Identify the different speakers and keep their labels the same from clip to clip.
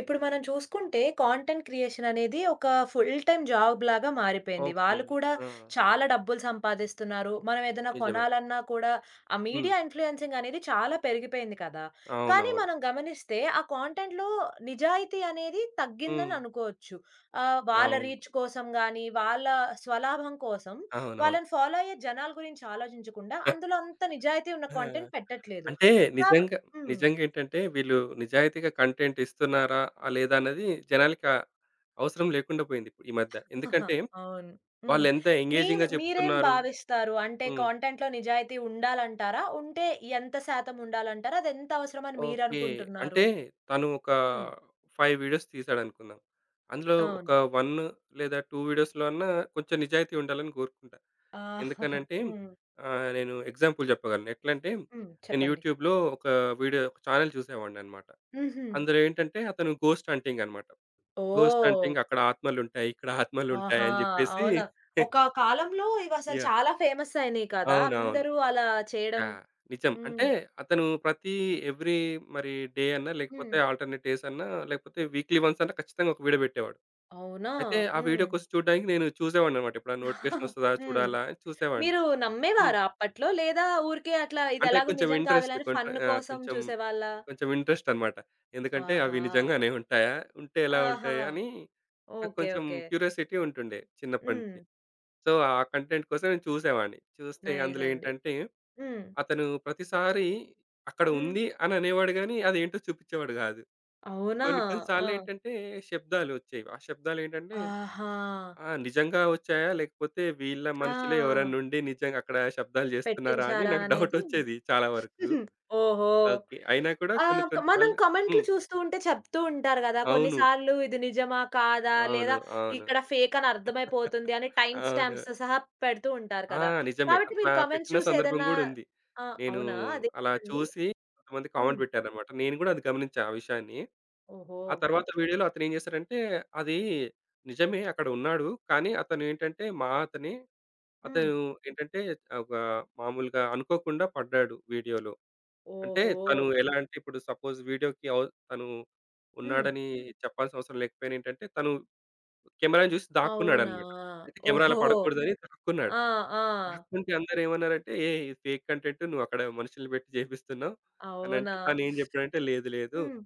Speaker 1: ఇప్పుడు మనం చూసుకుంటే కాంటెంట్ క్రియేషన్ అనేది ఒక ఫుల్ టైమ్ జాబ్ లాగా మారిపోయింది.
Speaker 2: ఓకే.
Speaker 1: వాళ్ళు కూడా
Speaker 2: ఆ!
Speaker 1: చాలా డబ్బులు సంపాదిస్తున్నారు. మనం ఏదైనా
Speaker 2: నిజమే.
Speaker 1: కొనాలన్నా కూడా ఆ
Speaker 2: హ్మ్.
Speaker 1: మీడియా ఇన్‌ఫ్లుయెన్సింగ్ అనేది చాలా పెరిగిపోయింది కదా! కానీ
Speaker 2: అవునవును.
Speaker 1: మనం గమనిస్తే ఆ కాంటెంట్‌లో నిజాయితీ అనేది
Speaker 2: హ్మ్.
Speaker 1: తగ్గిందని అనుకోవచ్చు. వాళ్ళ
Speaker 2: అవును.
Speaker 1: రీచ్ కోసం గానీ, వాళ్ళ స్వలాభం కోసం
Speaker 2: అవునవును.
Speaker 1: వాళ్ళని ఫాలో అయ్యే జనాల గురించి ఆలోచించకుండా అందులో అంత నిజాయితీ ఉన్న
Speaker 2: ఆ!
Speaker 1: కాంటెంట్ పెట్టట్లేదు.
Speaker 2: అంటే
Speaker 1: కాబ
Speaker 2: నిజంగా
Speaker 1: హ్మ్.
Speaker 2: నిజంగేంటంటే వీళ్ళు నిజాయితీగా కంటెంట్ ఇస్తున్నారా? లేదా అన్నది జనాలకి అవసరం లేకుండా పోయింది ఈ మధ్య.
Speaker 1: ఆహా!
Speaker 2: ఎందుకంటే
Speaker 1: అవును. హ్మ్.
Speaker 2: వాళ్ళెంత
Speaker 1: మీ
Speaker 2: ఎంగేజింగ్‌గా
Speaker 1: మీరేం
Speaker 2: చెప్తున్నారు.
Speaker 1: భావిస్తారు? అంటే
Speaker 2: హ్మ్.
Speaker 1: కంటెంట్‌లో నిజాయితీ ఉండాలంటారా? ఉంటే ఎంత శాతం ఉండాలంటారా? అదెంత అవసరమని
Speaker 2: ఓకే.
Speaker 1: మీరనుకుంటున్నారు?
Speaker 2: అంటే తను ఒక
Speaker 1: హ్మ్.
Speaker 2: 5 వీడియోస్ తీసాడనుకుందాం. అందులో ఒక
Speaker 1: అవును.
Speaker 2: 1 లేదా 2 వీడియోస్‌లో అన్నా కొంచెం నిజాయితీ ఉండాలని కోరుకుంటా.
Speaker 1: ఆహా!
Speaker 2: ఎందుకనంటే
Speaker 1: హ్మ్.
Speaker 2: నేను ఎగ్జాంపుల్ చెప్పగలను. ఎట్లంటే
Speaker 1: హ్మ్.
Speaker 2: నేను
Speaker 1: చెప్పండి.
Speaker 2: యూట్యూబ్‌లో ఒక ఛానెల్ చూసేవాడిననమాట.
Speaker 1: హుహు.
Speaker 2: అందులో ఏంటంటే అతను గోస్ట్ హంటింగ్ అనమాట. గోస్ట్
Speaker 1: ఓహ్!
Speaker 2: హంటింగ్ అక్కడ ఆత్మలుంటాయి, ఇక్కడ ఆత్మలుంటాయి
Speaker 1: ఆహా!
Speaker 2: అని జెప్పేసి
Speaker 1: అవునా! ఒక కాలంలో ఇవసలు
Speaker 2: యాహ్!
Speaker 1: చాలా ఫేమస్ అయినాయి కదా!
Speaker 2: అవునవును.
Speaker 1: అందరూ అలా చేయడం.
Speaker 2: యాహ్! నిజం. అంటే
Speaker 1: హ్మ్.
Speaker 2: అతను ప్రతి ఎవ్రీ మరి డే అన్నా, లేకపోతే
Speaker 1: హ్మ్.
Speaker 2: ఆల్టర్‌నేట్ డేస్ అన్నా, లేకపోతే వీక్లీ వన్స్ అన్నా ఖచ్చితంగా ఒక వీడియో పెట్టేవాడు.
Speaker 1: అవునా!
Speaker 2: అయితే ఆ
Speaker 1: హ్మ్.
Speaker 2: వీడియో కోసం చూడడానికి నేను చూసేవాడిననమాట.
Speaker 1: హ్మ్.
Speaker 2: ఎప్పుడన్నా నోటిఫికేషన్ ఒస్తదా చూడాలా అని చూసేవాడిని.
Speaker 1: మీరు
Speaker 2: హ్మ్.
Speaker 1: నమ్మేవారా అప్పట్లో? లేదా ఊరికే అట్లా
Speaker 2: అంటే
Speaker 1: ఇదెలాగో
Speaker 2: కొంచెం
Speaker 1: నిజం
Speaker 2: ఇంట్రెస్ట్
Speaker 1: కాదులని
Speaker 2: కొంట
Speaker 1: ఫన్
Speaker 2: ఆహ్,
Speaker 1: కోసం
Speaker 2: కొంచెం
Speaker 1: చూసేవాళ్ళా?
Speaker 2: కొంచెం ఇంట్రెస్ట్ అన్నమాట. ఎందుకంటే
Speaker 1: ఆహా!
Speaker 2: అవి నిజంగానే ఉంటాయా? ఉంటే ఎలా
Speaker 1: ఆహా!
Speaker 2: ఉంటాయి? అని నాకు
Speaker 1: ఓకే.
Speaker 2: కొంచెం
Speaker 1: ఓకే.
Speaker 2: క్యూరియాసిటీ ఉంటుండే చిన్నప్పటి
Speaker 1: హ్మ్.
Speaker 2: నుంచి. సో, ఆ కంటెంట్ కోసం నేను చూసేవాడిని. చూస్తే
Speaker 1: నైస్
Speaker 2: అందులో
Speaker 1: అండి.
Speaker 2: ఏంటంటే
Speaker 1: హ్మ్.
Speaker 2: అతను ప్రతిసారి అక్కడ
Speaker 1: హ్మ్.
Speaker 2: ఉంది అని అనేవాడు గానీ, అదేంటో చూపించేవాడు గాదు.
Speaker 1: అవునా!
Speaker 2: కొన్ని కొన్ని
Speaker 1: ఆ!
Speaker 2: సార్లు ఏంటంటే శబ్దాలు వచ్చేవి. ఆ శబ్దాలు ఏంటంటే
Speaker 1: ఆహా!
Speaker 2: నిజంగా వచ్చాయా? లేకపోతే వీళ్ళ మనుషులే
Speaker 1: ఆ!
Speaker 2: ఎవరైనా ఉండి నిజంగా అక్కడ శబ్దాలు చేస్తున్నారా? అని
Speaker 1: పెట్టించారా
Speaker 2: నాకు డౌట్
Speaker 1: అనేది
Speaker 2: వచ్చేది చాలా వరకు.
Speaker 1: ఓహో!
Speaker 2: ఓకే. అయినా కూడా కొన్ని
Speaker 1: ఆహ్, క
Speaker 2: కొన్ని
Speaker 1: మనం
Speaker 2: సార్లు
Speaker 1: కామెంట్లు
Speaker 2: హ్మ్.
Speaker 1: చూస్తూ ఉంటే చెప్తూ ఉంటారు గదా!
Speaker 2: అవును.
Speaker 1: కొన్నిసార్లు ఇది నిజమా? కాదా? లేదా
Speaker 2: అవును. అవును.
Speaker 1: ఇక్కడ ఫేక్ అని అర్థమైపోతుంది అని టైమ్
Speaker 2: అవును.
Speaker 1: స్టాంప్స్ సహా పెడుతూ ఉంటారు
Speaker 2: ఆ!
Speaker 1: కదా!
Speaker 2: నిజమే.
Speaker 1: కాబట్టి మీరు
Speaker 2: అట్లా
Speaker 1: కామెంట్స్
Speaker 2: పెట్టిన
Speaker 1: చూసి
Speaker 2: సందర్భం
Speaker 1: ఏదన్నా
Speaker 2: గూడా ఉంది.
Speaker 1: ఆ!
Speaker 2: నేను
Speaker 1: అవునా?
Speaker 2: అలా
Speaker 1: అదేంటండి?
Speaker 2: చూసి కొంతమంది కామెంట్
Speaker 1: హ్మ్.
Speaker 2: పెట్టారన్నమాట. నేను గూడా అది గమనించా ఆ విషయాన్ని.
Speaker 1: ఓహో!
Speaker 2: ఆ తర్వాత వీడియోలో అతనేం చేశారంటే, అది నిజమే అక్కడ ఉన్నాడు. కానీ అతనేంటంటే మా అతనే.
Speaker 1: హ్మ్.
Speaker 2: అతను ఏంటంటే ఒక మామూలుగా అనుకోకుండా పడ్డాడు వీడియోలో. అంటే
Speaker 1: ఓహో!
Speaker 2: తను ఎలా అంటే ఇప్పుడు సపోజ్ వీడియోకి అవ్ తను
Speaker 1: హ్మ్.
Speaker 2: ఉన్నాడని చెప్పాల్సిన అవసరం లేకపోయినా ఏంటంటే తను కెమెరాని చూసి
Speaker 1: అవునా?
Speaker 2: దాక్కున్నాడన్నమాట. అయితే కెమెరాలో
Speaker 1: ఓహో!
Speaker 2: పడకూడదని దాక్కున్నాడు.
Speaker 1: ఆ! ఆ!
Speaker 2: దాక్కుంటే అందరేమన్నారంటే, "ఏయ్! ఇది ఫేక్ కంటెంట్ నువ్వక్కడ మనుషుల్ని పెట్టి చేపిస్తున్నావు"
Speaker 1: అవునా?
Speaker 2: అనంటే తనేం చెప్పాడంటే, "లేదు లేదు.
Speaker 1: హ్మ్.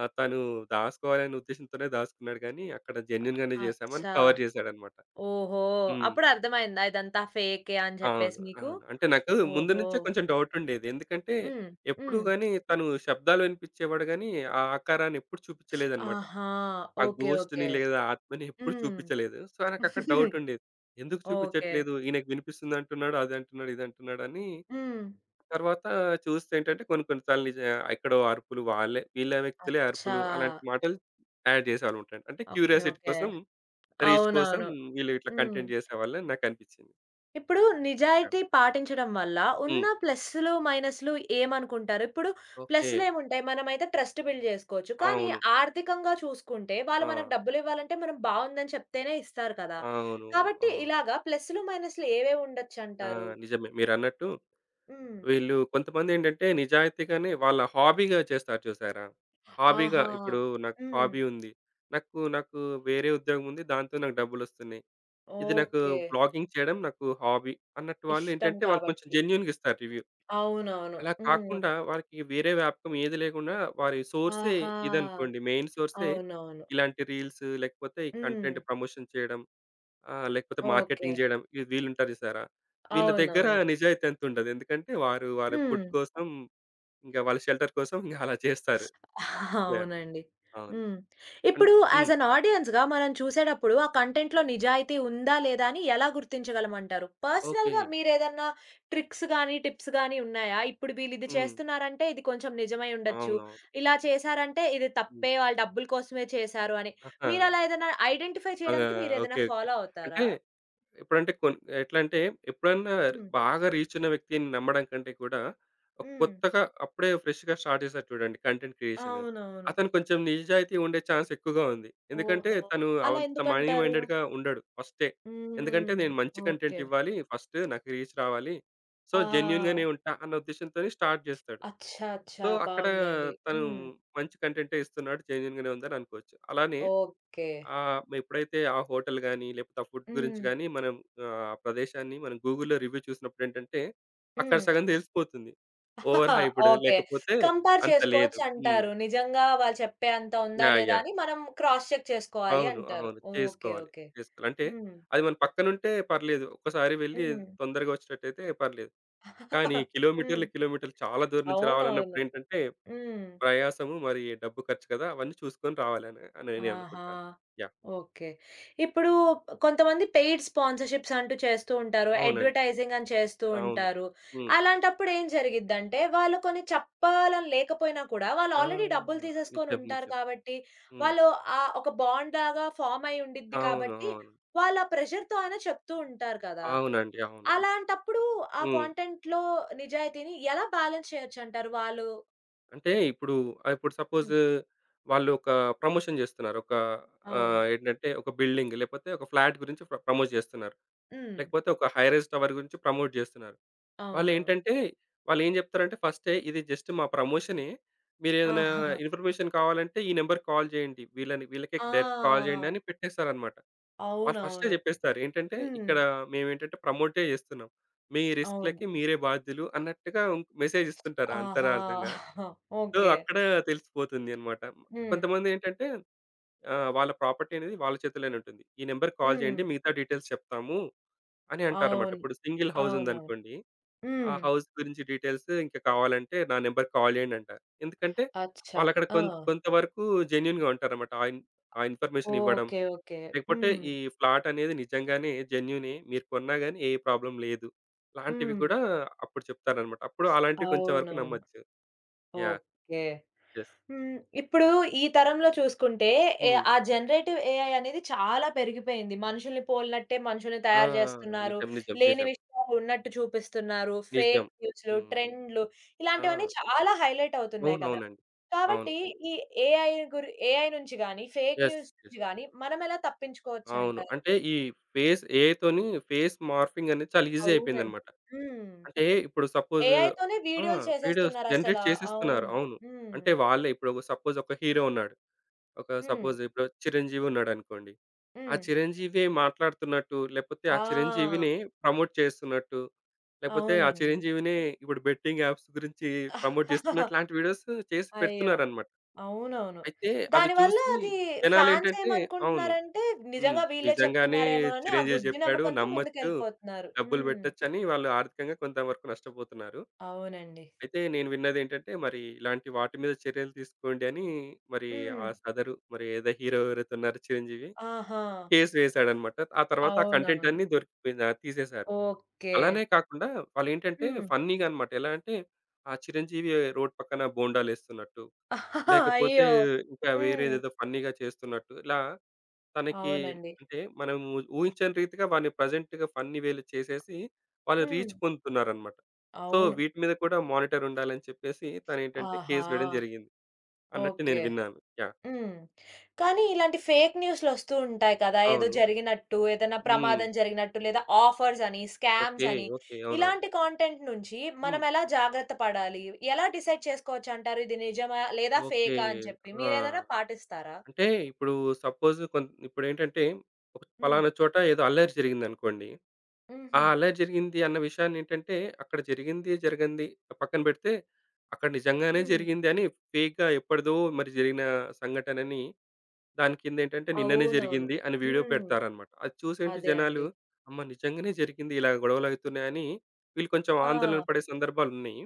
Speaker 2: తను దాసుకోవాలనే ఉద్దేశంతోనే దాసుకున్నాడు కానీ, అక్కడ జెన్యూన్‌గానే చేశామని"
Speaker 1: అచ్చా!
Speaker 2: కవర్ చేశాడన్నమాట.
Speaker 1: ఓహో!
Speaker 2: హ్మ్.
Speaker 1: అప్పుడు అర్థమైందా ఇదంతా ఫేకే అని చెప్పేసి
Speaker 2: అవును.
Speaker 1: మీకు?
Speaker 2: అవును. అంటే నాకు ముందు
Speaker 1: ఓహో!
Speaker 2: నుంచే కొంచెం డౌటుండేది. ఎందుకంటే
Speaker 1: హ్మ్.
Speaker 2: ఎప్పుడు
Speaker 1: హ్మ్.
Speaker 2: గాని తను శబ్దాలు వినిపించేవాడు గానీ, ఆ ఆకారాన్ని ఎప్పుడు చూపించలేదన్నమాట.
Speaker 1: ఆహా!
Speaker 2: ఆ
Speaker 1: ఓకే.
Speaker 2: గోస్ట్‌ని
Speaker 1: ఓకే.
Speaker 2: లేదా ఆత్మని ఎప్పుడు
Speaker 1: హ్మ్.
Speaker 2: చూపించలేదు. సో, నాకక్కడ డౌట్ ఉండేది. ఎందుకు
Speaker 1: ఓకే.
Speaker 2: చూపించట్లేదు? ఈయనకి వినిపిస్తుంది అంటున్నాడు, అది అంటున్నాడు, ఇది అంటున్నాడు అని.
Speaker 1: హ్మ్.
Speaker 2: తర్వాత చూస్తే ఏంటంటే కొన్ని కొన్ని సార్లు ఎక్కడో అరుపులు వీళ్ళ వ్యక్తులే
Speaker 1: అచ్చా!
Speaker 2: అరుపులు అలాంటి మాటలు యాడ్ చేసేవాళ్ళు ఉంటారు. అంటే
Speaker 1: ఓకే.
Speaker 2: Curiosity
Speaker 1: okay.
Speaker 2: కోసం, రీచ్ కోసం
Speaker 1: అవునవును.
Speaker 2: వీళ్ళు ఇట్లా
Speaker 1: హ్మ్.
Speaker 2: కంటెంట్ చేసేవాళ్ళని నాకనిపించింది.
Speaker 1: ఇప్పుడు నిజాయితీ
Speaker 2: యాహ్!
Speaker 1: పాటించడం వల్ల ఉన్న
Speaker 2: హ్మ్.
Speaker 1: ప్లస్‌లు, మైనస్‌లు ఏమనుకుంటారు? ఇప్పుడు
Speaker 2: ఓకే.
Speaker 1: ప్లస్‌లేముంటాయి? మనమైతే ట్రస్ట్ బిల్డ్ జేసుకోవచ్చు. కానీ
Speaker 2: అవును.
Speaker 1: ఆర్థికంగా చూసుకుంటే వాళ్ళు
Speaker 2: ఆ!
Speaker 1: మనకు డబ్బులివ్వాలంటే మనం బావుందని చెప్తేనే ఇస్తారు కదా!
Speaker 2: అవును.
Speaker 1: కాబట్టి
Speaker 2: అవును.
Speaker 1: ఇలాగా ప్లస్‌లు, మైనస్‌లు
Speaker 2: ఆ!
Speaker 1: ఏవేవుండొచ్చంటారు?
Speaker 2: నిజమే మీరన్నట్టు
Speaker 1: హ్మ్.
Speaker 2: వీళ్ళు కొంతమందేంటంటే నిజాయితీగానే వాళ్ళ హాబీగా చేస్తారు చూసారా? హాబీగా
Speaker 1: ఆహా!
Speaker 2: ఇప్పుడు నాకు
Speaker 1: హ్మ్.
Speaker 2: హాబీ ఉంది. నాకు నాకు వేరే ఉద్యోగం ఉంది. దాంతో నాకు డబ్బులొస్తున్నాయి. ఇది నాకు
Speaker 1: ఓకే.
Speaker 2: వ్లాగింగ్ చేయడం నాకు హాబీ అన్నట్టు
Speaker 1: ఇష్టం
Speaker 2: వాళ్ళేంటంటే వాళ్ళు కొంచెం
Speaker 1: కాబట్టి.
Speaker 2: జెన్యూన్‌గా ఇస్తారు రివ్యూ.
Speaker 1: అవునవును.
Speaker 2: అలా
Speaker 1: హ్మ్.
Speaker 2: కాకుండా వాళ్ళకి వేరే వ్యాపకం ఏది లేకుండా వారి సోర్సే
Speaker 1: ఆహా!
Speaker 2: ఇదనుకోండి. మెయిన్ సోర్సే
Speaker 1: అవునవును.
Speaker 2: ఇలాంటి రీల్స్ లేకపోతే ఈ
Speaker 1: హ్మ్.
Speaker 2: కంటెంట్ ప్రమోషన్ చేయడం. ఆ! లేకపోతే
Speaker 1: ఓకే.
Speaker 2: మార్కెటింగ్ జేయడం. ఈ వీళ్ళుంటారు జూసారా? వీళ్ళ దగ్గర
Speaker 1: అవునవును.
Speaker 2: నిజాయితీ అంతుండదు. ఎందుకంటే వారు వారి
Speaker 1: హ్మ్.
Speaker 2: ఫుడ్ కోసం, ఇంక వాళ్ళ షెల్టర్ కోసం ఇంగ అలా చేస్తారు. యాహ్!
Speaker 1: అవునండి.
Speaker 2: అవును.
Speaker 1: హ్మ్.
Speaker 2: అంటే
Speaker 1: ఇప్పుడు యాస్
Speaker 2: హ్మ్.
Speaker 1: ఎన్ ఆడియన్స్‌గా మనం చూసేటప్పుడు ఆ కంటెంట్‌లో నిజాయితీ ఉందా? లేదా? అని ఎలా గుర్తించగలమంటారు?
Speaker 2: ఓకే.
Speaker 1: పర్సనల్‌గా మీరేదన్నా ట్రిక్స్ గాని, టిప్స్ గాని ఉన్నాయా? ఇప్పుడు వీళ్ళిది
Speaker 2: హ్మ్.
Speaker 1: చేస్తున్నారంటే ఇది కొంచెం నిజమై ఉండొచ్చు.
Speaker 2: అవునవును.
Speaker 1: ఇలా చేశారంటే ఇది
Speaker 2: హ్మ్.
Speaker 1: తప్పే వాళ్ళు డబ్బుల కోసమే చేశారు అని.
Speaker 2: ఆహా!
Speaker 1: మీరలా ఏదైనా ఐడెంటిఫై
Speaker 2: ఆ!
Speaker 1: చేయడానికి మీరేదైనా
Speaker 2: ఓకే. ఓకే.
Speaker 1: ఫాలో
Speaker 2: అంటే
Speaker 1: అవుతారా?
Speaker 2: ఇప్పుడంటే కొన్ ఎట్లంటే ఎప్పుడన్నా
Speaker 1: హ్మ్.
Speaker 2: బాగా రీచ్ ఉన్న వ్యక్తిని నమ్మడం కంటే కూడా, ఒక
Speaker 1: హ్మ్.
Speaker 2: కొత్తగా అప్పుడే ఫ్రెష్‌గా స్టార్ట్ చేసారు చూడండి కంటెంట్ క్రియేషన్.
Speaker 1: అవునవును.
Speaker 2: అతను కొంచెం నిజాయితీ ఉండే ఛాన్స్ ఎక్కువగా ఉంది. ఎందుకంటే
Speaker 1: ఓహో!
Speaker 2: తను
Speaker 1: అలా
Speaker 2: అంత మనీ
Speaker 1: ఎందుకంటారు?
Speaker 2: మైండెడ్‌గా ఉండడు ఫస్టే. ఎందుకంటే
Speaker 1: హ్మ్.
Speaker 2: నేను మంచి కంటెంట్
Speaker 1: ఓకే.
Speaker 2: ఇవ్వాలి ఫస్ట్ నాకు రీచ్ రావాలి. సో,
Speaker 1: ఆ!
Speaker 2: జెన్యూన్‌గానే ఉంటా అన్న ఉద్దేశ్యంతోనే స్టార్ట్ చేస్తాడు.
Speaker 1: అచ్చా! అచ్చా!
Speaker 2: సో, అక్కడ
Speaker 1: బావుందండి.
Speaker 2: తను
Speaker 1: హ్మ్.
Speaker 2: మంచి కంటెంటే ఇస్తున్నాడు జెన్యూన్‌గానే ఉందని అనుకోవచ్చు. అలానే
Speaker 1: ఓకే.
Speaker 2: ఎప్పుడైతే ఆ హోటల్ గాని, లేకపోతే ఆ ఫుడ్ గురించి
Speaker 1: హ్మ్.
Speaker 2: గాని ఆ ప్రదేశాన్ని మనం గూగుల్‌లో రివ్యూ చూసినప్పుడేంటంటే, అక్కడ
Speaker 1: హ్మ్.
Speaker 2: సగం తెలిసిపోతుంది. Over hyped
Speaker 1: okay.
Speaker 2: లేకపోతే
Speaker 1: కంపేర్
Speaker 2: అంత లేదు. హ్మ్.
Speaker 1: చేసుకోవచ్చంటారు. నిజంగా వాళ్ళు చెప్పే అంత ఉందా?
Speaker 2: యాహ్!
Speaker 1: లేదా?
Speaker 2: యాహ్!
Speaker 1: అని మనం క్రాస్ చెక్ చేసుకోవాలి
Speaker 2: అవును.
Speaker 1: అంటారు.
Speaker 2: అవును.
Speaker 1: ఓకే.
Speaker 2: చేసుకోవాలి.
Speaker 1: ఓకే.
Speaker 2: చేసుకోవాలి. అంటే
Speaker 1: హ్మ్.
Speaker 2: అది మన పక్కనుంటే పర్లేదు. ఒక్కసారి వెళ్ళి
Speaker 1: హ్మ్.
Speaker 2: తొందరగా వచ్చేటట్టయితే పర్లేదు. కానీ
Speaker 1: హ్మ్.
Speaker 2: కిలోమీటర్లు, కిలోమీటర్లు చాలా దూరం నుంచి
Speaker 1: అవునవును.
Speaker 2: రావాలన్నప్పుడేంటంటే,
Speaker 1: హ్మ్.
Speaker 2: ప్రయాసము మరి డబ్బు ఖర్చు కదా! అవన్నీ చూసుకొని రావాలని అని
Speaker 1: ఆహా!
Speaker 2: నేననుకుంటాను. యాహ్!
Speaker 1: ఓకే. ఇప్పుడు కొంతమంది పెయిడ్ స్పాన్సర్‌షిప్స్ అంటూ చేస్తూ ఉంటారు.
Speaker 2: అవునండి.
Speaker 1: అడ్వర్టైజింగ్ అని చేస్తూ
Speaker 2: అవును.
Speaker 1: ఉంటారు.
Speaker 2: హ్మ్.
Speaker 1: అలాంటప్పుడు ఏం జరిగిద్దంటే, వాళ్ళు కొన్ని చెప్పాలని లేకపోయినా కూడా వాళ్ళు
Speaker 2: ఆ!
Speaker 1: ఆల్రెడీ డబ్బులు తీసేసుకొని
Speaker 2: నిజం.
Speaker 1: ఉంటారు
Speaker 2: నిజం.
Speaker 1: కాబట్టి,
Speaker 2: హ్మ్.
Speaker 1: వాళ్ళు ఒక బాండ్ లాగా ఫార్మ్ అయ్యి ఉండిద్ది
Speaker 2: అవును.
Speaker 1: కాబట్టి,
Speaker 2: అవును.
Speaker 1: వాళ్ళు ఆ ప్రెషర్‌తో అయినా చెప్తూ ఉంటారు కదా!
Speaker 2: అవునండి. అవును. ఇప్
Speaker 1: అలాంటప్పుడు ఆ
Speaker 2: హ్మ్.
Speaker 1: కంటెంట్‌లో నిజాయితీని ఎలా బ్యాలెన్స్ చేయొచ్చంటారు వాళ్ళు?
Speaker 2: అంటే ఇప్పుడు ఇప్పుడు సపోజ్
Speaker 1: హ్మ్.
Speaker 2: వాళ్ళు ఒక ప్రమోషన్ చేస్తున్నారు. ఒక
Speaker 1: అవును.
Speaker 2: ఆహ్, ఏంటంటే ఒక బిల్డింగ్ లేకపోతే ఒక ఫ్లాట్ గురించి ప్రమోట్ చేస్తున్నారు.
Speaker 1: హ్మ్.
Speaker 2: లేకపోతే ఒక హై రైజ్ టవర్ గురించి ప్రమోట్ చేస్తున్నారు.
Speaker 1: అవునవును.
Speaker 2: వాళ్ళేంటంటే వాళ్ళేం చెప్తారంటే ఫస్టే ఇది జస్ట్ మా ప్రమోషనే.
Speaker 1: ఆ!
Speaker 2: మీరేదైనా ఇన్ఫర్మేషన్ కావాలంటే ఈ నంబర్‌కి కాల్ చేయండి. వీళ్ళని వీళ్ళకే
Speaker 1: ఆ!
Speaker 2: డైరెక్ట్ కాల్ చేయండి అని పెట్టేస్తారన్నమాట. వాళ్ళు ఫస్టే
Speaker 1: అవునవును.
Speaker 2: చెప్పేస్తారు. ఏంటంటే,
Speaker 1: హ్మ్.
Speaker 2: ఇక్కడ మేమేంటంటే ప్రమోటే చేస్తున్నాం. మీ
Speaker 1: అవును.
Speaker 2: రిస్క్‌లకి మీరే బాధ్యులు అన్నట్టుగా మెసేజ్ ఇస్తుంటారు
Speaker 1: ఆహా!
Speaker 2: అంతరార్థంగా. So,
Speaker 1: okay.
Speaker 2: అక్కడ తెలిసిపోతుంది అనమాట.
Speaker 1: హ్మ్.
Speaker 2: కొంతమందేంటంటే వాళ్ళ ప్రాపర్టీ అనేది వాళ్ళ చేతిలోనే ఉంటుంది. ఈ నంబర్‌కి కాల్
Speaker 1: హ్మ్.
Speaker 2: చేయండి. మిగతా డీటెయిల్స్ చెప్తాము అని అంటారన్నమాట.
Speaker 1: అవును.
Speaker 2: ఇప్పుడు సింగిల్ హౌస్
Speaker 1: అవునవును.
Speaker 2: ఉందనుకోండి. ఆ
Speaker 1: హ్మ్.
Speaker 2: హౌస్ గురించి డీటెయిల్స్ ఇంకా కావాలంటే నా నంబర్‌కి కాల్ చేయండి అంటారు. ఎందుకంటే,
Speaker 1: అచ్చా!
Speaker 2: వాళ్ళక్కడ
Speaker 1: ఆ!
Speaker 2: కొం కొంతవరకు జెన్యూన్‌గా ఉంటారన్నమాట. ఆ ఇన్ఫర్మేషన్ ఇవ్వడం.
Speaker 1: ఓకే. ఓకే.
Speaker 2: లేకపోతే
Speaker 1: హ్మ్.
Speaker 2: ఈ ఫ్లాట్ అనేది నిజంగానే జెన్యూనే. మీరు కొన్నా గాని ఏ ప్రాబ్లమ్ లేదు. లాంటివి
Speaker 1: హ్మ్.
Speaker 2: కూడా అప్పుడు చెప్తారనమాట. అప్పుడు అలాంటివి కొంచెం వరకు
Speaker 1: అవునవును.
Speaker 2: నమ్మొచ్చు. యాహ్!
Speaker 1: ఓకే.
Speaker 2: యెస్.
Speaker 1: హ్మ్. ఇప్పుడు ఈ తరంలో చూసుకుంటే
Speaker 2: హ్మ్.
Speaker 1: ఆ జనరేటివ్ ఏఐ అనేది చాలా పెరిగిపోయింది. మనుషుల్ని పోలినట్టే మనుషుల్ని
Speaker 2: ఆ!
Speaker 1: తయారు జేస్తున్నారు.
Speaker 2: నిజం. నిజం.
Speaker 1: లేని
Speaker 2: నిజం.
Speaker 1: విషయాలు ఉన్నట్టు చూపిస్తున్నారు.
Speaker 2: నిజం.
Speaker 1: ఫేక్ న్యూస్‌లు,
Speaker 2: హ్మ్.
Speaker 1: ట్రెండ్‌లు
Speaker 2: ఆ!
Speaker 1: ఇలాంటివన్నీ చాలా హైలైట్ అవుతున్నాయి కదా!
Speaker 2: అవునవునండి. అవును.
Speaker 1: కాబట్టి ఈ ఏఐ ఏఐ నుంచి గాని, ఫేక్
Speaker 2: యెస్.
Speaker 1: న్యూస్ నుంచి
Speaker 2: యెస్.
Speaker 1: గాని మనం ఎలా
Speaker 2: అవును.
Speaker 1: తప్పించుకోవచ్చంటారు?
Speaker 2: అంటే ఈ ఫేస్ ఏఐతోని ఫేస్ మార్ఫింగ్ అనేది చాలా ఈజీ
Speaker 1: అవునండి.
Speaker 2: అయిపోయిందనమాట.
Speaker 1: హ్మ్.
Speaker 2: అంటే ఇప్పుడు సపోజ్
Speaker 1: ఏఐతోనే
Speaker 2: ఆ!
Speaker 1: వీడియోలు
Speaker 2: వీడియోస్
Speaker 1: చేసేస్తున్నారసల.
Speaker 2: జనరేట్ చేసేస్తున్నారు.
Speaker 1: అవును.
Speaker 2: అవును.
Speaker 1: హ్మ్.
Speaker 2: అంటే వాళ్ళే ఇప్పుడు సపోజ్ ఒక హీరో ఉన్నాడు. ఒక
Speaker 1: హ్మ్.
Speaker 2: సపోజ్ ఇప్పుడు చిరంజీవి ఉన్నాడనుకోండి. ఆ
Speaker 1: హ్మ్.
Speaker 2: చిరంజీవే మాట్లాడుతున్నట్టు, లేపోతే
Speaker 1: ఆ!
Speaker 2: ప్రమోట్ చేస్తున్నట్టు, ఆ
Speaker 1: అవునండి.
Speaker 2: చిరంజీవినే ఇప్పుడు బెట్టింగ్ యాప్స్ గురించి ప్రమోట్ చేస్తున్నట్టు లాంటి వీడియోస్ చేసి
Speaker 1: అయ్యో!
Speaker 2: పెడుతున్నారనమాట.
Speaker 1: అవునవును.
Speaker 2: అయితే అవి
Speaker 1: దానివల్ల
Speaker 2: చూసి
Speaker 1: అది ఫాన్స్
Speaker 2: జనాలేంటంటే అవును.
Speaker 1: ఏమనుకుంటున్నారంటే,
Speaker 2: హ్మ్.
Speaker 1: నిజంగా వీళ్ళే
Speaker 2: నిజంగానే
Speaker 1: చెప్తున్నారేమో అని ఆ
Speaker 2: చిరంజీవి
Speaker 1: గుడ్డి
Speaker 2: చెప్పాడు
Speaker 1: నమ్మకంతో
Speaker 2: నమ్మొచ్చు,
Speaker 1: ముందుకెళ్ళిపోతున్నారు.
Speaker 2: డబ్బులు
Speaker 1: హ్మ్.
Speaker 2: పెట్టొచ్చని వాళ్ళు ఆర్థికంగా కొంతవరకు నష్టపోతున్నారు.
Speaker 1: అవునండి.
Speaker 2: అయితే నేను విన్నదేంటంటే, మరి ఇలాంటి వాటి మీద చర్యలు తీసుకోండి అని మరి
Speaker 1: హ్మ్.
Speaker 2: ఆ సదరు మరి ఏదో హీరో ఎవరైతే ఉన్నారో చిరంజీవి
Speaker 1: ఆహా!
Speaker 2: కేస్ వేశాడనమాట. ఆ తర్వాత ఆ కంటెంట్
Speaker 1: అవునవును.
Speaker 2: అన్నీ దొరికిపోయింది. ఆ తీసేశారు.
Speaker 1: ఓకే.
Speaker 2: అలానే కాకుండా వాళ్ళేంటంటే
Speaker 1: హ్మ్.
Speaker 2: ఫన్నీగా అనమాట. ఎలా అంటే ఆ చిరంజీవి రోడ్ పక్కన బోండాలేస్తున్నట్టు, లేకపోతే
Speaker 1: అయ్యో!
Speaker 2: ఇంకా
Speaker 1: హ్మ్.
Speaker 2: వేరేదేదో ఫన్నీగా చేస్తున్నట్టు ఇలా తనకి
Speaker 1: అవునండి.
Speaker 2: అంటే మనం ఊహించని రీతిగా వాడిని ప్రెజెంట్‌గా ఫన్నీ వేలో చేసేసి వాళ్ళు
Speaker 1: హ్మ్.
Speaker 2: రీచ్ పొందుతున్నారన్నమాట. సో,
Speaker 1: అవును.
Speaker 2: వీటి మీద కూడా మానిటర్ ఉండాలని చెప్పేసి తనేంటంటే
Speaker 1: ఆహా!
Speaker 2: కేస్ వేయడం జరిగింది అన్నట్టు
Speaker 1: ఓకే.
Speaker 2: నేను విన్నాను. యాహ్!
Speaker 1: హ్మ్. కానీ ఇలాంటి ఫేక్ న్యూస్‌లొస్తూ ఉంటాయి కదా! ఏదో
Speaker 2: అవును.
Speaker 1: జరిగినట్టు, ఏదైనా
Speaker 2: హ్మ్.
Speaker 1: ప్రమాదం జరిగినట్టు, లేదా ఆఫర్స్ అని, స్కామ్స్
Speaker 2: ఓకే.
Speaker 1: అని,
Speaker 2: ఓకే. అవునవును.
Speaker 1: ఇలాంటి కాంటెంట్ నుంచి
Speaker 2: హ్మ్.
Speaker 1: మనం ఎలా జాగ్రత్త పడాలి? ఎలా డిసైడ్ చేసుకోవచ్చంటారు? ఇది నిజమా? లేదా
Speaker 2: ఓకే.
Speaker 1: ఫేకా అని చెప్పి?
Speaker 2: ఆ!
Speaker 1: మీరేదైనా పాటిస్తారా?
Speaker 2: అంటే ఇప్పుడు సపోజ్ కొం ఇప్పుడేంటంటే ఒక
Speaker 1: హ్మ్.
Speaker 2: పలానా చోట ఏదో అల్లరి జరిగిందనుకోండి. ఆ!
Speaker 1: హుహు.
Speaker 2: అలా జరిగింది అన్న విషయాన్నేంటంటే, అక్కడ జరిగింది, జరగంది పక్కన పెడితే, అక్కడ నిజంగానే
Speaker 1: హ్మ్.
Speaker 2: జరిగింది అని ఫేక్‌గా ఎప్పటిదో మరి జరిగిన సంఘటనని, దాని కిందేంటంటే నిన్ననే
Speaker 1: అవునవును.
Speaker 2: జరిగింది అని వీడియో
Speaker 1: హ్మ్.
Speaker 2: పెడతారనమాట. అది చూసేంటి
Speaker 1: అదే
Speaker 2: జనాలు,
Speaker 1: అండి.
Speaker 2: అమ్మ! నిజంగానే జరిగింది ఇలా గొడవలవుతున్నాయని, వీళ్ళు కొంచెం
Speaker 1: ఆ!
Speaker 2: ఆందోళన పడే సందర్భాలున్నయి.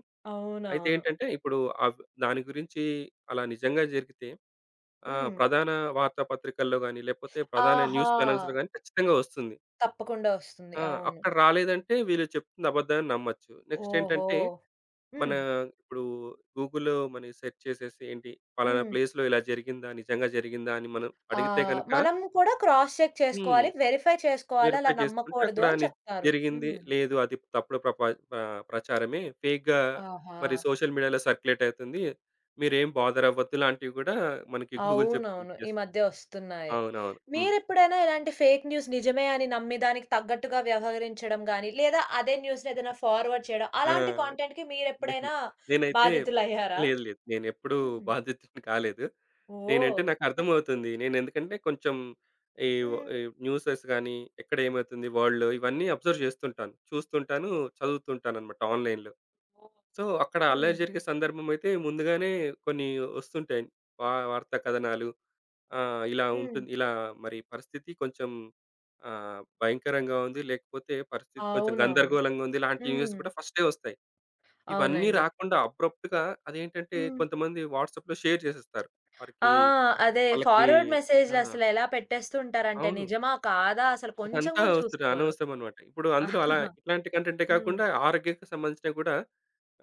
Speaker 2: అయితే
Speaker 1: అవునవును.
Speaker 2: ఏంటంటే, ఇప్పుడు అవ్ దాని గురించి అలా నిజంగా జరిగితే
Speaker 1: హ్మ్.
Speaker 2: ప్రధాన వార్తా పత్రికల్లో గాని, లేకపోతే ప్రధాన
Speaker 1: ఆహా!
Speaker 2: న్యూస్ ఛానల్స్‌లో గాని ఖచ్చితంగా వస్తుంది.
Speaker 1: తప్పకుండా వస్తుంది.
Speaker 2: ఆ!
Speaker 1: అవును.
Speaker 2: అక్కడ రాలేదంటే వీళ్ళు చెప్తుంది అబద్ధమని నమ్మొచ్చు. నెక్స్ట్
Speaker 1: ఓహో!
Speaker 2: ఏంటంటే, మన
Speaker 1: హ్మ్.
Speaker 2: ఇప్పుడు గూగుల్‌లో మనం సెర్చ్ చేసేసి ఏంటి పలానా
Speaker 1: హ్మ్.
Speaker 2: ప్లేస్‌లో ఇలా జరిగిందా? నిజంగా జరిగిందా? అని మనం
Speaker 1: ఆ!
Speaker 2: అడిగితే గనక
Speaker 1: మనం కూడా క్రాస్ చెక్
Speaker 2: హ్మ్.
Speaker 1: చేసుకోవాలి. వెరిఫై చేసుకోవాలి. అలా
Speaker 2: వెరిఫై చేసుకుంటే
Speaker 1: నమ్మకూడదు
Speaker 2: అక్కడ
Speaker 1: అని
Speaker 2: ని
Speaker 1: చెప్తారు.
Speaker 2: జరిగింది.
Speaker 1: హ్మ్.
Speaker 2: లేదు అది ప్రచారమే. ఫేక్‌గా
Speaker 1: ఆహా!
Speaker 2: మరి సోషల్ మీడియాలో సర్క్యులేట్ అవుతుంది. మీరేం బాదర్ అవ్వద్దు లాంటివి గూడా మనకి గూగుల్ చెప్తుంది.
Speaker 1: అవునవును. ఈ
Speaker 2: యెస్.
Speaker 1: మధ్య వస్తున్నాయి.
Speaker 2: అవునవును. హ్మ్.
Speaker 1: మీరెప్పుడైనా ఇలాంటి ఫేక్ న్యూస్ నిజమే అని నమ్మి దానికి తగ్గట్టుగా వ్యవహరించడం గాని, లేదా అదే న్యూస్‌ని ఏదైనా ఫార్వర్డ్ చేయడం
Speaker 2: ఆ!
Speaker 1: అలాంటి కంటెంట్‌కి
Speaker 2: నేను
Speaker 1: మీరెప్పుడైనా
Speaker 2: నేనైతే
Speaker 1: బాధితులయ్యారా?
Speaker 2: లేదు లేదు. నేనెప్పుడూ
Speaker 1: హ్మ్.
Speaker 2: బాధితుడిని కాలేదు. నేనంటే
Speaker 1: ఓహ్!
Speaker 2: నాకర్థమవుతుంది. నేనెందుకంటే కొంచెం
Speaker 1: హ్మ్.
Speaker 2: ఈ న్యూసెస్ గానీ, ఎక్కడ ఏమవుతుంది వరల్డ్‌లో ఇవన్నీ అబ్జర్వ్ జేస్తుంటాను. చూస్తుంటాను, చదువుతుంటాననమాట ఆన్‌లైన్‌లో.
Speaker 1: ఓహ్!
Speaker 2: సో, అక్కడ అలా
Speaker 1: హ్మ్.
Speaker 2: జరిగే సందర్భమైతే ముందుగానే కొన్ని ఒస్తుంటాయి. వార్తా కథనాలు ఇలా
Speaker 1: హ్మ్.
Speaker 2: ఉంటుంది. ఇలా మరి పరిస్థితి కొంచెం భయంకరంగా ఉంది. లేకపోతే పరిస్థితి కొంచెం
Speaker 1: అవునవును.
Speaker 2: గందరగోళంగా ఉంది. ఇలాంటి న్యూస్
Speaker 1: హ్మ్.
Speaker 2: కూడా ఫస్టే ఒస్తాయి. ఇవన్నీ
Speaker 1: అవునండి.
Speaker 2: రాకుండా అబ్రప్ట్‌గా అదేంటంటే
Speaker 1: హ్మ్.
Speaker 2: కొంతమంది వాట్సాప్‌లో షేర్ చేసేస్తారు.
Speaker 1: ఆ!
Speaker 2: వారికి
Speaker 1: అదే
Speaker 2: వాళ్ళకి
Speaker 1: ఫార్వర్డ్
Speaker 2: ఆ!
Speaker 1: మెసేజ్‌లసలెలా పెట్టేస్తుంటారంటే
Speaker 2: అవును.
Speaker 1: నిజమా? కాదా? అసలు కొంచెం
Speaker 2: అదంతా
Speaker 1: గూడా
Speaker 2: అవసరం
Speaker 1: చూసుకోరు.
Speaker 2: అనవసరం అనమాట. ఇప్పుడు అందులో అలా ఇట్లాంటి కంటెంటే
Speaker 1: హ్మ్.
Speaker 2: కాకుండా ఆరోగ్యానికి సంబంధించినవి కూడా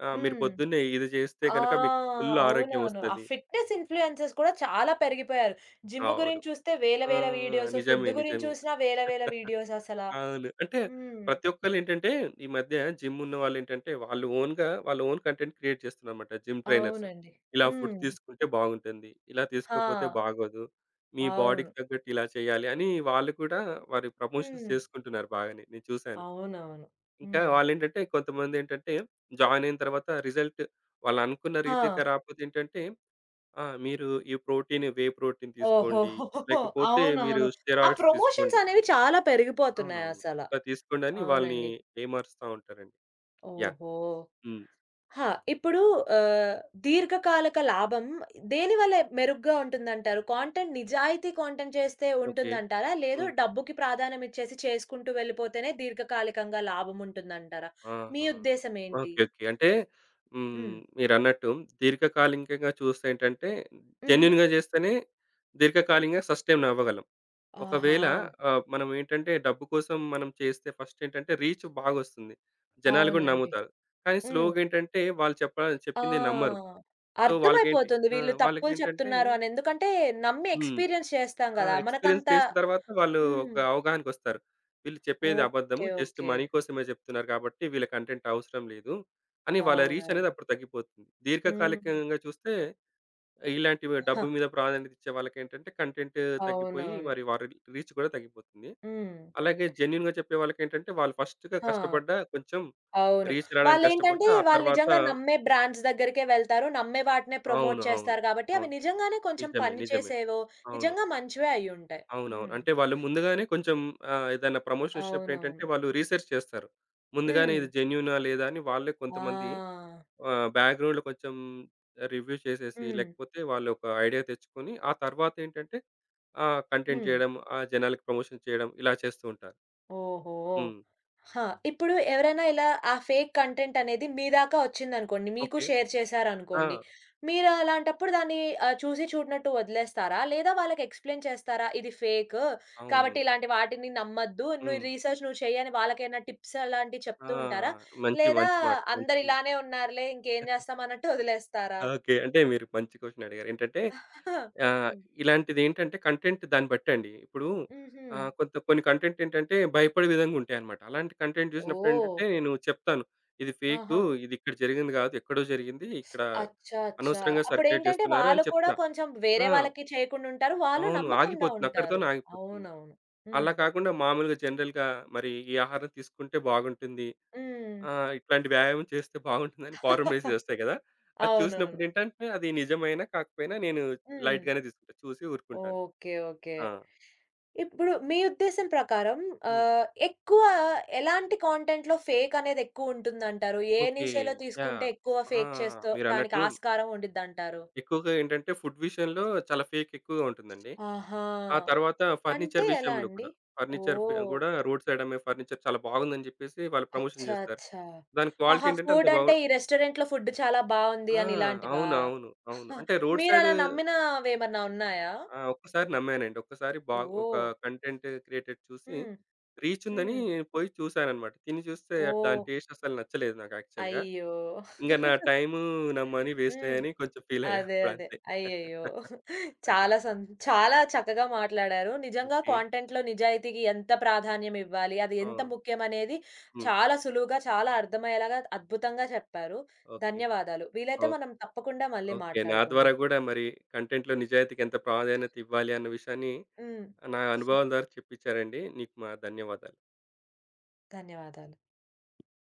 Speaker 2: మీరు
Speaker 1: హ్మ్.
Speaker 2: పొద్దున్నే ఇది చేస్తే
Speaker 1: ఆ!
Speaker 2: గనక మీకు ఫుల్ ఆరోగ్యం
Speaker 1: అవునవును. ఆ
Speaker 2: వస్తది.
Speaker 1: ఫిట్‌నెస్ ఇన్‌ఫ్లుయెన్సర్స్ కూడా చాలా పెరిగిపోయారు. జిమ్
Speaker 2: అవును.
Speaker 1: గురించి చూస్తే వేల
Speaker 2: ఆ!
Speaker 1: వేల వీడియోస్,
Speaker 2: నిజమే.
Speaker 1: ఫుడ్ గురించి
Speaker 2: నిజమే.
Speaker 1: చూసినా వేల వేల వీడియోస్ అసలా.
Speaker 2: అవును. అంటే
Speaker 1: హ్మ్.
Speaker 2: ప్రతి ఒక్కళ్ళేంటంటే ఈ మధ్య జిమ్ ఉన్నవాళ్ళేంటంటే వాళ్ళు ఓన్‌గా వాళ్ళ ఓన్ కంటెంట్ క్రియేట్ చేస్తున్నారన్నమాట జిమ్ ట్రైనర్స్.
Speaker 1: అవునండి.
Speaker 2: ఇలా ఫుడ్
Speaker 1: హ్మ్.
Speaker 2: తీసుకుంటే బాగుంటుంది. ఇలా
Speaker 1: ఆ!
Speaker 2: తీసుకోపోతే బాగోదు. మీ
Speaker 1: అవును.
Speaker 2: బాడీకి తగ్గట్టు ఇలా చేయాలి అని వాళ్ళు కూడా వారి ప్రమోషన్స్
Speaker 1: హ్మ్.
Speaker 2: చేసుకుంటున్నారు బాగానే. నేను చూసాను.
Speaker 1: అవునవును.
Speaker 2: ఇంకా
Speaker 1: హ్మ్.
Speaker 2: వాళ్ళేంటంటే కొంతమందేంటంటే జాయిన్ అయిన తర్వాత రిజల్ట్ వాళ్ళనుకున్న
Speaker 1: ఆ!
Speaker 2: రీతిగా రాకపోతే ఏంటంటే ఆ! మీరు ఈ ప్రోటీన్, వే ప్రోటీన్ తీసుకోండి.
Speaker 1: ఓహోహోహో!
Speaker 2: లేకపోతే మీరు
Speaker 1: అవునవును. ఆ
Speaker 2: స్టెరాయిడ్స్
Speaker 1: ప్రమోషన్స్
Speaker 2: తీసుకోండి.
Speaker 1: అనేవి చాలా
Speaker 2: అవునవును.
Speaker 1: పెరిగిపోతున్నాయసల.
Speaker 2: ఇట్లా తీసుకోండి అని వాళ్ళని
Speaker 1: అవునండి.
Speaker 2: ఏమరుస్తా ఉంటారండి. యాహ్!
Speaker 1: ఓహో!
Speaker 2: హ్మ్.
Speaker 1: ఆ! ఇప్పుడు ఆహ్, దీర్ఘకాలిక లాభం దేనివల్ల మెరుగ్గా ఉంటుందంటారు? కాంటెంట్ నిజాయితీ కాంటెంట్ చేస్తే
Speaker 2: ఓకే.
Speaker 1: ఉంటుందంటారా? లేదు
Speaker 2: హ్మ్.
Speaker 1: డబ్బుకి ప్రాధాన్యం ఇచ్చేసి చేసుకుంటూ వెళ్ళిపోతేనే దీర్ఘకాలికంగా లాభం ఉంటుందంటారా? మీ
Speaker 2: ఆహా!
Speaker 1: ఉద్దేశం ఏంటి?
Speaker 2: ఓకే. ఓకే. అంటే
Speaker 1: హ్మ్.
Speaker 2: హ్మ్. మీరన్నట్టు దీర్ఘకాలికంగా చూస్తే ఏంటంటే
Speaker 1: హుహు.
Speaker 2: జెన్యూన్‌గా చేస్తేనే దీర్ఘకాలికంగా సస్టైన్ అవ్వగలం.
Speaker 1: ఆహా!
Speaker 2: ఒకవేళ మనం ఏంటంటే డబ్బు కోసం మనం చేస్తే ఫస్ట్ ఏంటంటే రీచ్ బాగొస్తుంది. జనాలు కూడా
Speaker 1: అవునండి.
Speaker 2: నమ్ముతారు. కానీ
Speaker 1: హ్మ్.
Speaker 2: స్లోగా ఏంటంటే వాళ్ళు చెప్ప చెప్పింది నమ్మరు.
Speaker 1: ఆ!
Speaker 2: సో వాళ్ళకేంటి
Speaker 1: అర్థమైపోతుంది
Speaker 2: ఆ!
Speaker 1: వీళ్ళు తప్పులు
Speaker 2: వాళ్ళకేంటంటే
Speaker 1: చెప్తున్నారు అని. ఎందుకంటే నమ్మి
Speaker 2: హ్మ్.
Speaker 1: ఎక్స్‌పీరియన్స్ చేస్తాం
Speaker 2: ఆ!
Speaker 1: గదా!
Speaker 2: ఎక్స్‌పీరియన్స్
Speaker 1: మనకంత
Speaker 2: చేసిన తర్వాత వాళ్ళు
Speaker 1: హ్మ్.
Speaker 2: ఒక అవగాహనకొస్తారు. వీళ్ళు చెప్పేది అబద్ధము.
Speaker 1: ఓకే.
Speaker 2: Just
Speaker 1: okay.
Speaker 2: మనీ కోసమే చెప్తున్నారు కాబట్టి వీళ్ళ కంటెంట్ అవసరం లేదు అని వాళ్ళ రీచ్
Speaker 1: అవునవును.
Speaker 2: అనేది అప్పుడు తగ్గిపోతుంది.
Speaker 1: హ్మ్.
Speaker 2: దీర్ఘకాలికంగా చూస్తే ఇలాంటివి
Speaker 1: హా!
Speaker 2: డబ్బు మీద ప్రాధాన్యత ఇచ్చే వాళ్ళకేంటంటే కంటెంట్ తగ్గిపోయి
Speaker 1: అవునవును.
Speaker 2: మరి వారి రీచ్ కూడా తగ్గిపోతుంది.
Speaker 1: హ్మ్.
Speaker 2: అలాగే జెన్యూన్‌గా చెప్పే వాళ్ళకేంటంటే వాళ్ళు ఫస్ట్‌గా
Speaker 1: ఆ!
Speaker 2: కష్టపడ్డా కొంచెం
Speaker 1: అవును.
Speaker 2: రీచ్ రావడానికి
Speaker 1: వాళ్ళేంటంటే
Speaker 2: కష్టపడ్డా ఆ
Speaker 1: వాళ్ళు
Speaker 2: తర్వాత
Speaker 1: నిజంగా నమ్మే బ్రాండ్స్ దగ్గరికే వెళ్తారు. నమ్మే వాటినే ప్రమోట్
Speaker 2: అవును. అవును.
Speaker 1: చేస్తారు గాబట్టి అవి
Speaker 2: అవును.
Speaker 1: నిజంగానే కొంచెం
Speaker 2: నిజమే.
Speaker 1: పని
Speaker 2: నిజమే.
Speaker 1: చేసేవో,
Speaker 2: అవును.
Speaker 1: నిజంగా మంచివే అయ్యుంటాయి.
Speaker 2: అవునవును.
Speaker 1: హ్మ్.
Speaker 2: అంటే వాళ్ళు ముందుగానే కొంచెం ఏదైనా ప్రమోషన్ వచ్చినప్పుడు ఏంటంటే
Speaker 1: అవునవును.
Speaker 2: వాళ్ళు రీసెర్చ్ చేస్తారు. ముందుగానే
Speaker 1: హ్మ్.
Speaker 2: ఇది జెన్యూనా? లేదా? అని వాళ్ళే కొంతమంది
Speaker 1: ఆ!
Speaker 2: బ్యాక్‌గ్రౌండ్‌లో కొంచెం రివ్యూ చేసేసి
Speaker 1: హ్మ్.
Speaker 2: లేకపోతే వాళ్ళు ఒక ఐడియా తెచ్చుకొని ఆ తర్వాత ఏంటంటే కంటెంట్
Speaker 1: హ్మ్.
Speaker 2: చేయడం, ఆ జనాలకి ప్రమోషన్ చేయడం ఇలా చేస్తూ ఉంటారు.
Speaker 1: ఓహో!
Speaker 2: హ్మ్.
Speaker 1: హా! ఇప్పుడు ఎవరైనా ఇలా ఆ ఫేక్ కంటెంట్ అనేది మీ దాకా వచ్చిందనుకోండి. మీకు
Speaker 2: ఓకే.
Speaker 1: షేర్
Speaker 2: ఆ!
Speaker 1: చేశారనుకోండి. మీరు అలాంటప్పుడు దాన్ని చూసి చూడనట్టు వదిలేస్తారా? లేదా వాళ్ళకి ఎక్స్‌ప్లెయిన్ చేస్తారా? ఇది ఫేకు
Speaker 2: అవును.
Speaker 1: కాబట్టి ఇలాంటి వాటిని నమ్మొద్దు. నువ్వు
Speaker 2: హ్మ్.
Speaker 1: రీసెర్చ్ నువ్వు చెయ్యి అని వాళ్ళకేమైనా టిప్స్ అలాంటివి
Speaker 2: ఆ!
Speaker 1: చెప్తూ ఉంటారా?
Speaker 2: మంచి
Speaker 1: లేదా
Speaker 2: మంచి మాట.
Speaker 1: అందరూ
Speaker 2: మంచి
Speaker 1: ఇలానే ఉన్నారులే ఇంకేం చేస్తాం అన్నట్టు వదిలేస్తారా?
Speaker 2: ఓకే. అంటే మీరు మంచి క్వెషన్ అడిగారు. ఏంటంటే ఆ!
Speaker 1: హ్మ్.
Speaker 2: ఇలాంటిదేంటంటే కంటెంట్ దాన్ని బట్టండి. ఇప్పుడు
Speaker 1: హుహు.
Speaker 2: ఆహ్, కొంత కొన్ని కంటెంట్ ఏంటంటే భయపడే విధంగా ఉంటాయన్నమాట. అలాంటి కంటెంట్
Speaker 1: ఓహ్!
Speaker 2: చూసినప్పుడేంటంటే నేను చెప్తాను. ఇది ఫేకు.
Speaker 1: ఆహా!
Speaker 2: ఇది ఇక్కడ జరిగింది గాదు. ఎక్కడో జరిగింది. ఇక్కడ
Speaker 1: అచ్చా! అచ్చా!
Speaker 2: అనవసరంగా సర్క్యులేట్
Speaker 1: అప్పుడేంటంటే
Speaker 2: చేస్తున్నారు
Speaker 1: వాళ్ళు
Speaker 2: అని
Speaker 1: కూడా
Speaker 2: చెప్తా.
Speaker 1: కొంచెం
Speaker 2: ఆ!
Speaker 1: వేరే వాళ్ళకి చేయకుండా ఉంటారు. వాళ్ళు
Speaker 2: అవును.
Speaker 1: నమ్మకుండా
Speaker 2: ఆగిపోతుంది.
Speaker 1: ఉంటారు.
Speaker 2: అక్కడితోనే ఆగిపోతుంది.
Speaker 1: అవునవును.
Speaker 2: అలా
Speaker 1: హ్మ్.
Speaker 2: కాకుండా మామూలుగా జనరల్‌గా మరి ఈ ఆహారం తీసుకుంటే బాగుంటుంది.
Speaker 1: హ్మ్.
Speaker 2: ఇట్లాంటి వ్యాయామం చేస్తే బాగుంటుందని ఫార్ములేషన్స్ వస్తాయి కదా! అది
Speaker 1: అవునవును.
Speaker 2: చూసినప్పుడేంటంటే అది నిజమైనా కాకపోయినా నేను
Speaker 1: హ్మ్.
Speaker 2: లైట్‌గానే తీసుకుంటా. చూసి ఊరుకుంటాను.
Speaker 1: ఓకే. ఓకే.
Speaker 2: ఆ!
Speaker 1: ఇప్పుడు మీ ఉద్దేశం ప్రకారం
Speaker 2: హ్మ్.
Speaker 1: ఎక్కువ ఎలాంటి కంటెంట్‌లో ఫేక్ అనేది ఎక్కువ ఉంటుందంటారు? ఏ
Speaker 2: ఓకే.
Speaker 1: నిషేలో
Speaker 2: యాహ్!
Speaker 1: తీసుకుంటే ఎక్కువ
Speaker 2: ఆ!
Speaker 1: ఫేక్ చేస్తానికి
Speaker 2: మీరన్నట్టు
Speaker 1: ఆస్కారం ఉండిద్దంటారు?
Speaker 2: ఎక్కువగా ఏంటంటే ఫుడ్ విషయంలో చాలా ఫేక్ ఎక్కువగా ఉంటుందండి.
Speaker 1: ఆహా!
Speaker 2: ఆ తర్వాత
Speaker 1: అంటే
Speaker 2: ఫర్నిచర్
Speaker 1: ఎలా
Speaker 2: విషయంలో
Speaker 1: అండి?
Speaker 2: కూడా, ఫర్నిచర్ ఫె
Speaker 1: ఓహ్!
Speaker 2: గూడా రోడ్ సైడ్ అమ్మే ఫర్నిచర్ చాలా బాగుందని జెప్పేసి వాళ్ళు ప్రమోషన్
Speaker 1: అచ్చా!
Speaker 2: జేస్తారు.
Speaker 1: అచ్చా!
Speaker 2: దాని క్వాలిటీ
Speaker 1: ఆహా!
Speaker 2: ఏంటంటే అంత
Speaker 1: ఫుడ్
Speaker 2: బాగు
Speaker 1: అంటే ఈ రెస్టారెంట్‌లో ఫుడ్ చాలా బావుంది
Speaker 2: ఆ!
Speaker 1: అని ఇలాంటివా?
Speaker 2: అవును. అవును. అవును.
Speaker 1: ఆహా!
Speaker 2: అంటే రోడ్ సైడ్
Speaker 1: మీరలా నమ్మినవేమన్నా ఉన్నాయా?
Speaker 2: ఆ! ఒక్కసారి నమ్మానండి. ఒక్కసారి బా ఒక
Speaker 1: ఓహ్!
Speaker 2: కంటెంట్ క్రియేటర్ చూసి
Speaker 1: హ్మ్.
Speaker 2: రీచ్ ఉందని
Speaker 1: హ్మ్.
Speaker 2: పోయి చూసానన్నమాట. తిని చూస్తే
Speaker 1: ఓహ్!
Speaker 2: దాని టేస్ట్ అసలు నచ్చలేదు నాకు యాక్చువల్‌గా.
Speaker 1: అయ్యో!
Speaker 2: ఇంక నా టైము, నా మనీ వేస్ట్
Speaker 1: హ్మ్.
Speaker 2: అయ్యాయని కొంచెం ఫీల్ అయ్యా
Speaker 1: అదే. అదే.
Speaker 2: అప్పుడంతే. అదే.
Speaker 1: అయ్యయ్యో! చాలా సం చాలా చక్కగా మాట్లాడారు. నిజంగా
Speaker 2: ఓకే.
Speaker 1: కాంటెంట్‌లో నిజాయితీకి ఎంత ప్రాధాన్యం ఇవ్వాలి, అది
Speaker 2: ఆ!
Speaker 1: ఎంత ముఖ్యమనేది
Speaker 2: హ్మ్.
Speaker 1: చాలా సులువుగా, చాలా అర్థమయ్యేలాగా అద్భుతంగా చెప్పారు.
Speaker 2: ఓకే.
Speaker 1: ధన్యవాదాలు. వీలైతే
Speaker 2: ఓహ్!
Speaker 1: మనం తప్పకుండా మళ్ళీ
Speaker 2: ఓకే. నా ద్వారా
Speaker 1: మాట్లాడుకుందాం.
Speaker 2: గూడా మరి కంటెంట్‌లో నిజాయితీకి ఎంత ప్రాధాన్యత ఇవ్వాలి అన్న విషయాన్ని
Speaker 1: హ్మ్.
Speaker 2: నా అనుభవాల ద్వారా చెప్పించారండి. నీకు మా ధన్యవాదాలు.
Speaker 1: ధన్యవాదాలు.